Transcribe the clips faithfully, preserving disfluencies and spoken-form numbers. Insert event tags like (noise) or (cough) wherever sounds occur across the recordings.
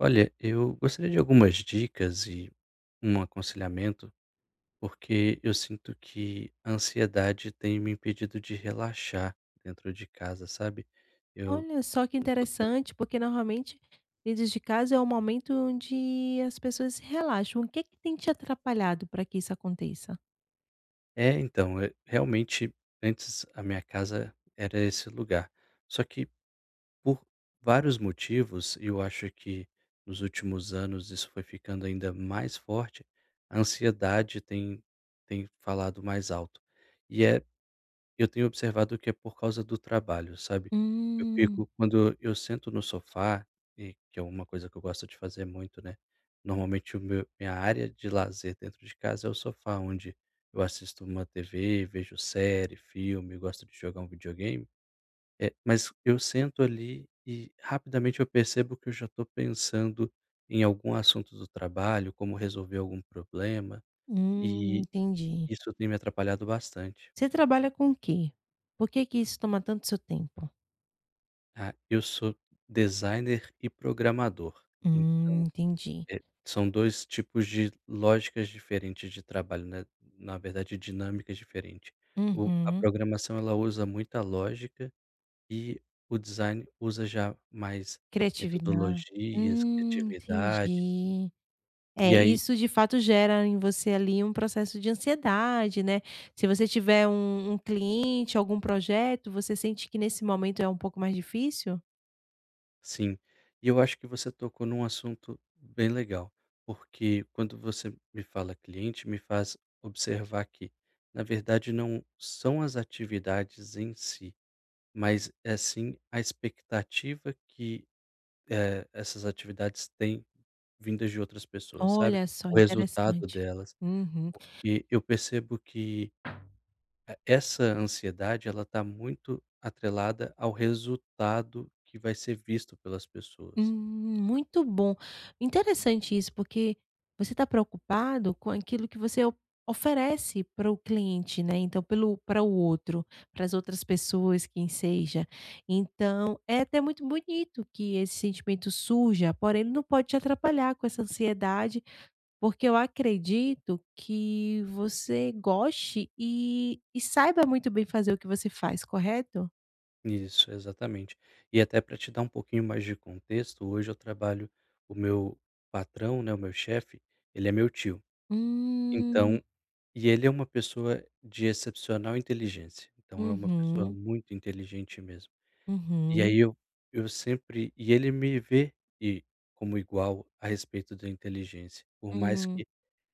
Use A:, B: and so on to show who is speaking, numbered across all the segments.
A: Olha, eu gostaria de algumas dicas e um aconselhamento, porque eu sinto que a ansiedade tem me impedido de relaxar dentro de casa, sabe? Eu
B: Olha só que
A: não tô tendo...
B: interessante, porque normalmente lidos de casa é o momento onde as pessoas se relaxam. O que é que tem te atrapalhado para que isso aconteça?
A: É, então, é- realmente, antes a minha casa era esse lugar. Só que por vários motivos, e eu acho que nos últimos anos isso foi ficando ainda mais forte, a ansiedade tem, tem falado mais alto. E é Eu tenho observado que é por causa do trabalho, sabe. Eu
B: Hum,
A: fico Quando eu sento no sofá, e que é uma coisa que eu gosto de fazer muito, né, normalmente o meu minha área de lazer dentro de casa é o sofá, onde eu assisto uma T V, vejo série, filme, gosto de jogar um videogame. Eh, mas eu sento ali e rapidamente eu percebo que eu já estou pensando em algum assunto do trabalho, como resolver algum problema,
B: hum,
A: e
B: entendi.
A: isso tem me atrapalhado bastante.
B: Você trabalha com o quê? Por que que isso toma tanto seu tempo?
A: Ah, eu sou designer e programador.
B: Hum,
A: Então,
B: entendi.
A: eh, são dois tipos de lógicas diferentes de trabalho, né, na verdade dinâmicas diferente. O a
B: Uhum.
A: programação ela usa muita lógica e o design usa já mais
B: Criatividade.
A: metodologias,
B: Hum,
A: criatividade,
B: entendi. É,
A: e aí.
B: isso de fato gera em você ali um processo de ansiedade, né. Se você tiver um um cliente, algum projeto, você sente que nesse momento é um pouco mais difícil?
A: Sim, e eu acho que você tocou num assunto bem legal, porque quando você me fala cliente, me faz observar que, na verdade, não são as atividades em si, mas é sim a expectativa que eh, essas atividades têm, vindas de outras pessoas, sabe?
B: Olha só,
A: O resultado
B: interessante.
A: delas.
B: Uhum.
A: Porque eu percebo que eh, essa ansiedade, ela está muito atrelada ao resultado que vai ser visto pelas
B: Hum,
A: pessoas.
B: muito bom. Interessante isso, porque você está preocupado com aquilo que você o- oferece para o cliente, né? Então, pelo para o outro, para as outras pessoas, quem seja. Então, é até muito bonito que esse sentimento surja, porém, ele não pode te atrapalhar com essa ansiedade, porque eu acredito que você goste e, e saiba muito bem fazer o que você faz, correto?
A: Isso, exatamente. E até para te dar um pouquinho mais de contexto, hoje eu trabalho. O meu patrão, né, o meu chefe, ele é meu tio.
B: Hum,
A: Então e ele é uma pessoa de excepcional inteligência, então é uma pessoa
B: uhum,
A: muito inteligente mesmo. E
B: uhum,
A: aí eu eu sempre e ele me vê e como igual a respeito da inteligência, por mais
B: hum.
A: que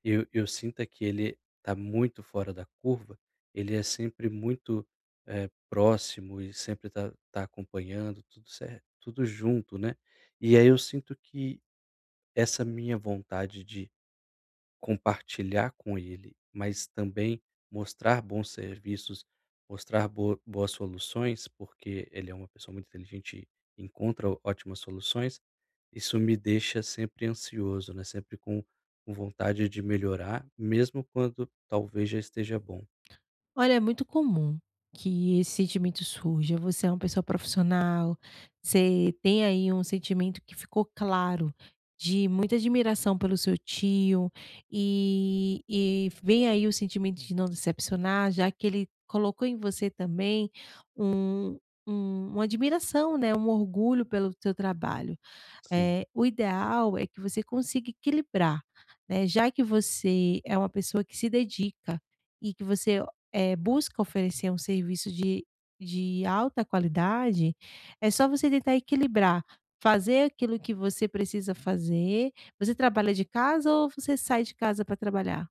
A: eu eu sinto é que ele está muito fora da curva, ele é sempre muito, eh, próximo e sempre está tá acompanhando, tudo certo tudo junto, né. E aí eu sinto que essa minha vontade de compartilhar com ele, mas também mostrar bons serviços, mostrar bo boas soluções, porque ele é uma pessoa muito inteligente e encontra ó- ótimas soluções, isso me deixa sempre ansioso, né, sempre com com vontade de melhorar, mesmo quando talvez já esteja bom.
B: Olha, é muito comum que esse sentimento surja. Você é uma pessoa profissional, você tem aí um sentimento que ficou claro de muita admiração pelo seu tio, e e vem aí o sentimento de não decepcionar, já que ele colocou em você também um um uma admiração, né, um orgulho pelo seu trabalho.
A: Sim,
B: Eh, o ideal é que você consiga equilibrar, né, já que você é uma pessoa que se dedica e que você, eh, busca oferecer um serviço de de alta qualidade, é só você tentar equilibrar, fazer aquilo que você precisa fazer. Você trabalha de casa ou você sai de casa para trabalhar?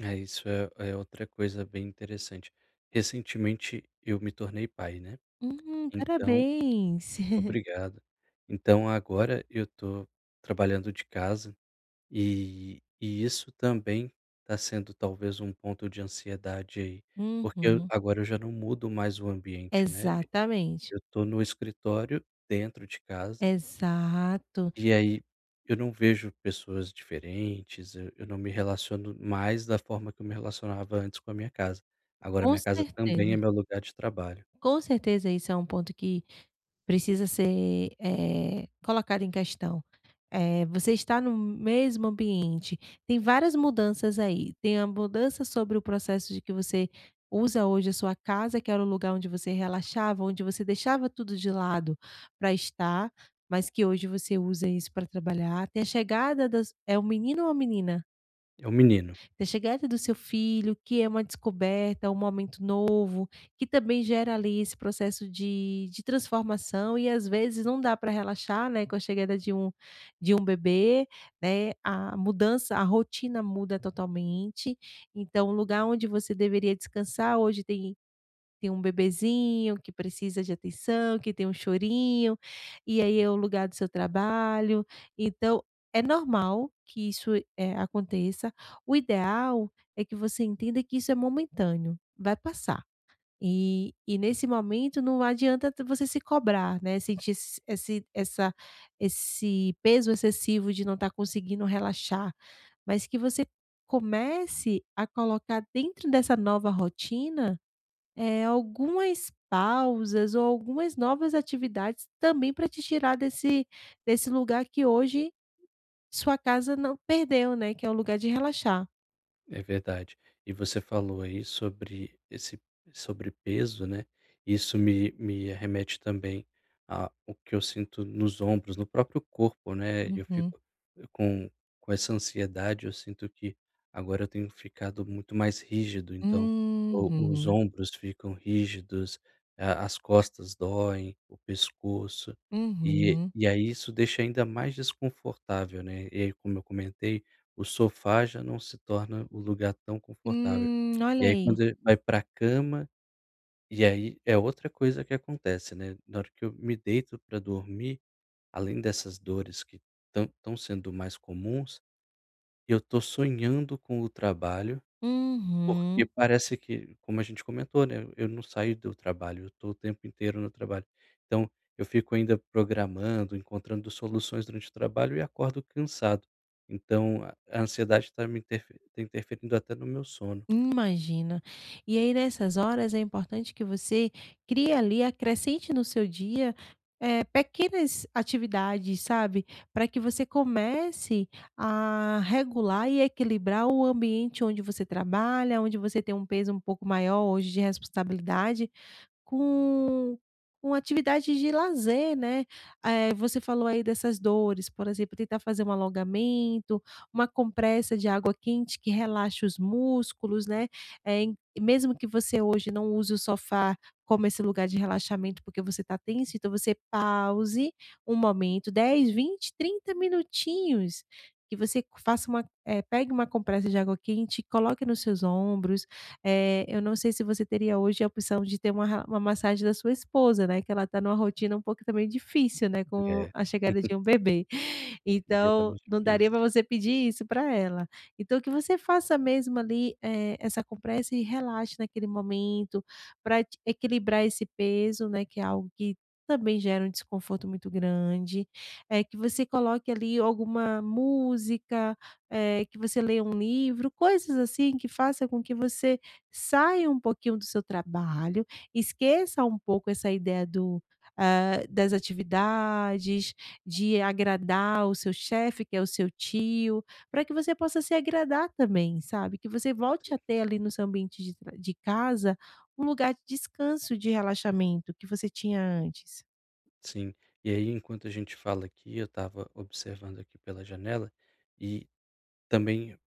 A: é isso é é outra coisa bem interessante. Recentemente eu me tornei pai, né,
B: Hum,
A: então
B: parabéns. (laughs)
A: obrigado. Então agora eu tô trabalhando de casa. E e isso também está sendo talvez um ponto de ansiedade aí, porque eu
B: Uhum.
A: agora eu já não mudo mais o ambiente, né,
B: Exatamente,
A: eu estou no escritório dentro de casa,
B: exato.
A: e aí eu não vejo pessoas diferentes, eu eu não me relaciono mais da forma que eu me relacionava antes com a minha casa. Agora
B: Com
A: minha casa também
B: certeza,
A: é meu lugar de trabalho.
B: com certeza isso é um ponto que precisa ser, eh, colocado em questão. Eh, você está no mesmo ambiente, tem várias mudanças aí, tem a mudança sobre o processo de que você usa hoje a sua casa, que era o lugar onde você relaxava, onde você deixava tudo de lado para estar, mas que hoje você usa isso para trabalhar. Tem a chegada das é um menino ou uma menina?
A: É um menino.
B: Da chegada do seu filho, que é uma descoberta, um momento novo, que também gera ali esse processo de de transformação e às vezes não dá para relaxar, né, com a chegada de um de um bebê, né, a mudança a rotina muda totalmente, então o lugar onde você deveria descansar hoje tem tem um bebezinho que precisa de atenção, que tem um chorinho, e aí é o lugar do seu trabalho. Então, é normal que isso, eh, aconteça. O ideal é que você entenda que isso é momentâneo, vai passar. E e nesse momento não adianta t você se cobrar, né, sentir esse esse essa esse peso excessivo de não estar conseguindo relaxar, mas que você comece a colocar dentro dessa nova rotina eh, algumas pausas ou algumas novas atividades também para te tirar desse desse lugar que hoje sua casa não perdeu, né, que é o lugar de relaxar.
A: É verdade. E você falou aí sobre esse sobrepeso, né? Isso me, me remete também a o que eu sinto nos ombros, no próprio corpo, né? Eu
B: Uhum.
A: fico eh, com, com essa ansiedade, eu sinto que agora eu tenho ficado muito mais rígido, então o- os
B: Uhum.
A: ombros ficam rígidos, a- as costas doem, o pescoço, e,
B: Uhum.
A: e aí isso deixa ainda mais desconfortável, né? E aí, como eu comentei, o sofá já não se torna o lugar tão confortável.
B: Hum, olha
A: E aí
B: aí.
A: quando ele vai para a cama, e aí é outra coisa que acontece, né, na hora que eu me deito para dormir, além dessas dores que estão estão sendo mais comuns, eu tô sonhando com o trabalho porque
B: Uhum.
A: parece que, como a gente comentou, né, eu não saio do trabalho, eu tô o tempo inteiro no trabalho. Então, eu fico ainda programando, encontrando soluções durante o trabalho e acordo cansado. Então, a a ansiedade está me interfe tá interferindo até no meu sono.
B: Imagina. E aí nessas horas é importante que você crie ali, acrescente no seu dia, eh, pequenas atividades, sabe, para que você comece a regular e equilibrar o ambiente onde você trabalha, onde você tem um peso um pouco maior hoje de responsabilidade com com atividades de lazer, né. Eh, você falou aí dessas dores, por exemplo, tentar fazer um alongamento, uma compressa de água quente que relaxa os músculos, né, eh, em- mesmo que você hoje não use o sofá como esse lugar de relaxamento, porque você está tenso, então você pause um momento, dez, vinte, trinta minutinhos, que você faça uma eh, pegue uma compressa de água quente coloque nos seus ombros, eh, eu não sei se você teria hoje a opção de ter uma ra uma massagem da sua esposa, né, que ela está numa rotina um pouco também difícil, né, com
A: É,
B: a chegada
A: (laughs)
B: de um bebê.
A: o dia tá
B: Então,
A: mais
B: não daria
A: difícil.
B: para você pedir isso para ela. Então que você faça mesmo ali, eh, essa compressa e relaxe naquele momento para equilibrar esse peso, né, que é algo que também gera um desconforto muito grande. Eh, que você coloque ali alguma música, eh, que você leia um livro, coisas assim que faça com que você saia um pouquinho do seu trabalho, esqueça um pouco essa ideia do hã, das atividades, de agradar o seu chefe, que é o seu tio, para que você possa se agradar também, sabe, que você volte a ter ali no seu ambiente de tra de casa, um lugar de descanso, de relaxamento que você tinha antes.
A: Sim. E aí, enquanto a gente fala aqui, eu estava observando aqui pela janela e também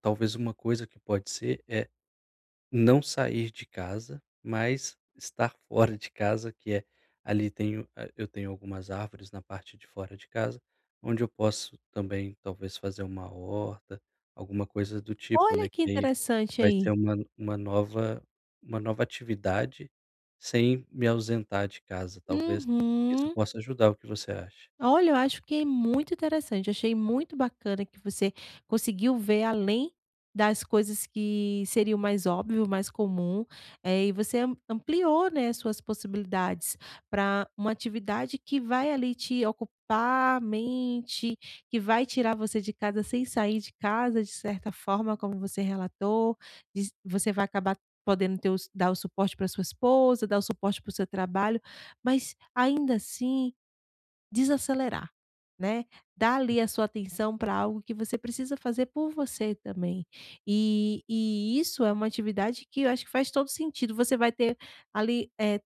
A: talvez uma coisa que pode ser é não sair de casa, mas estar (laughs) fora de casa, que é ali tenho eh, eu tenho algumas árvores na parte de fora de casa, onde eu posso também talvez fazer uma horta, alguma coisa do tipo,
B: Olha
A: né, que
B: que
A: aí
B: interessante
A: vai
B: aí.
A: ser uma uma nova uma nova atividade sem me ausentar de casa, talvez isso
B: Uhum.
A: possa ajudar. O que você acha?
B: Olha, eu acho que é muito interessante. Achei muito bacana que você conseguiu ver além das coisas que seriam mais óbvio, mais comum, eh, e você am- ampliou, né, suas possibilidades para uma atividade que vai ali te ocupar a mente, que vai tirar você de casa sem sair de casa, de certa forma, como você relatou. de- Você vai acabar podendo ter o s- dar o suporte para sua esposa, dar o suporte para o seu trabalho, mas ainda assim desacelerar, né, dar ali a sua atenção para algo que você precisa fazer por você também. E e isso é uma atividade que eu acho que faz todo sentido, você vai ter ali, eh,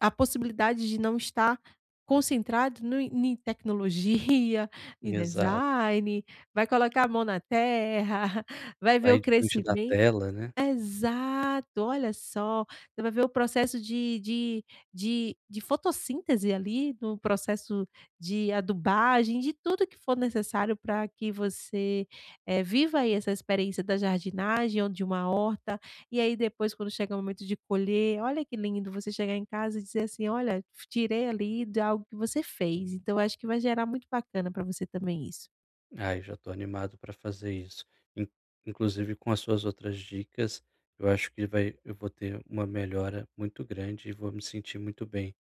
B: a possibilidade de não estar concentrado no em tecnologia, (laughs) em
A: Hum, exato.
B: design, vai colocar a mão na terra, (laughs) vai ver o
A: Sair de frente
B: crescimento.
A: da tela, né?
B: Exato, olha só, você vai ver o processo de de de de fotossíntese ali, no processo de adubagem, de tudo que for necessário para que você, eh, viva aí essa experiência da jardinagem ou de uma horta, e aí depois quando chega o momento de colher, olha que lindo você chegar em casa e dizer assim: "Olha, tirei ali de algo que você fez", então acho que vai gerar muito bacana para você também isso.
A: Ai, já estou animado para fazer isso. In Inclusive com as suas outras dicas, eu acho que vai eu vou ter uma melhora muito grande e vou me sentir muito bem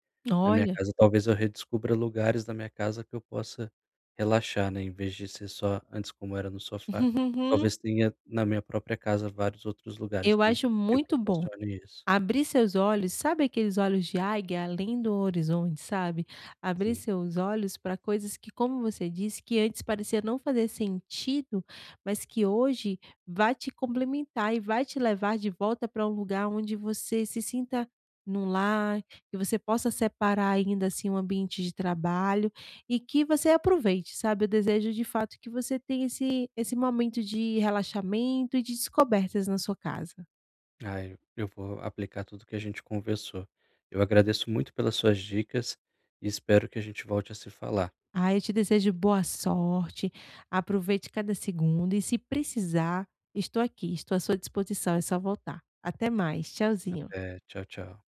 A: na minha
B: Olha.
A: casa. Talvez eu redescubra lugares da minha casa que eu possa relaxar, né, em vez de ser só antes como era no sofá,
B: (laughs)
A: talvez tenha na minha própria casa vários outros lugares
B: Eu
A: que
B: acho
A: me
B: muito bom.
A: proporcionem isso.
B: Abrir seus olhos, sabe aqueles olhos de águia além do horizonte, sabe? Abrir
A: Sim.
B: seus olhos para coisas que, como você disse, que antes parecia não fazer sentido, mas que hoje vai te complementar e vai te levar de volta para um lugar onde você se sinta num lar, que você possa separar ainda assim um ambiente de trabalho e que você aproveite, sabe? Eu desejo de fato que você tenha esse, esse momento de relaxamento e de descobertas na sua casa.
A: Ai, eu eu vou aplicar tudo que a gente conversou. Eu agradeço muito pelas suas dicas e espero que a gente volte a se falar.
B: Ah, eu te desejo boa sorte, aproveite cada segundo e se precisar, estou aqui, estou à sua disposição, é só voltar. Até mais, tchauzinho.
A: Até. Tchau, tchau.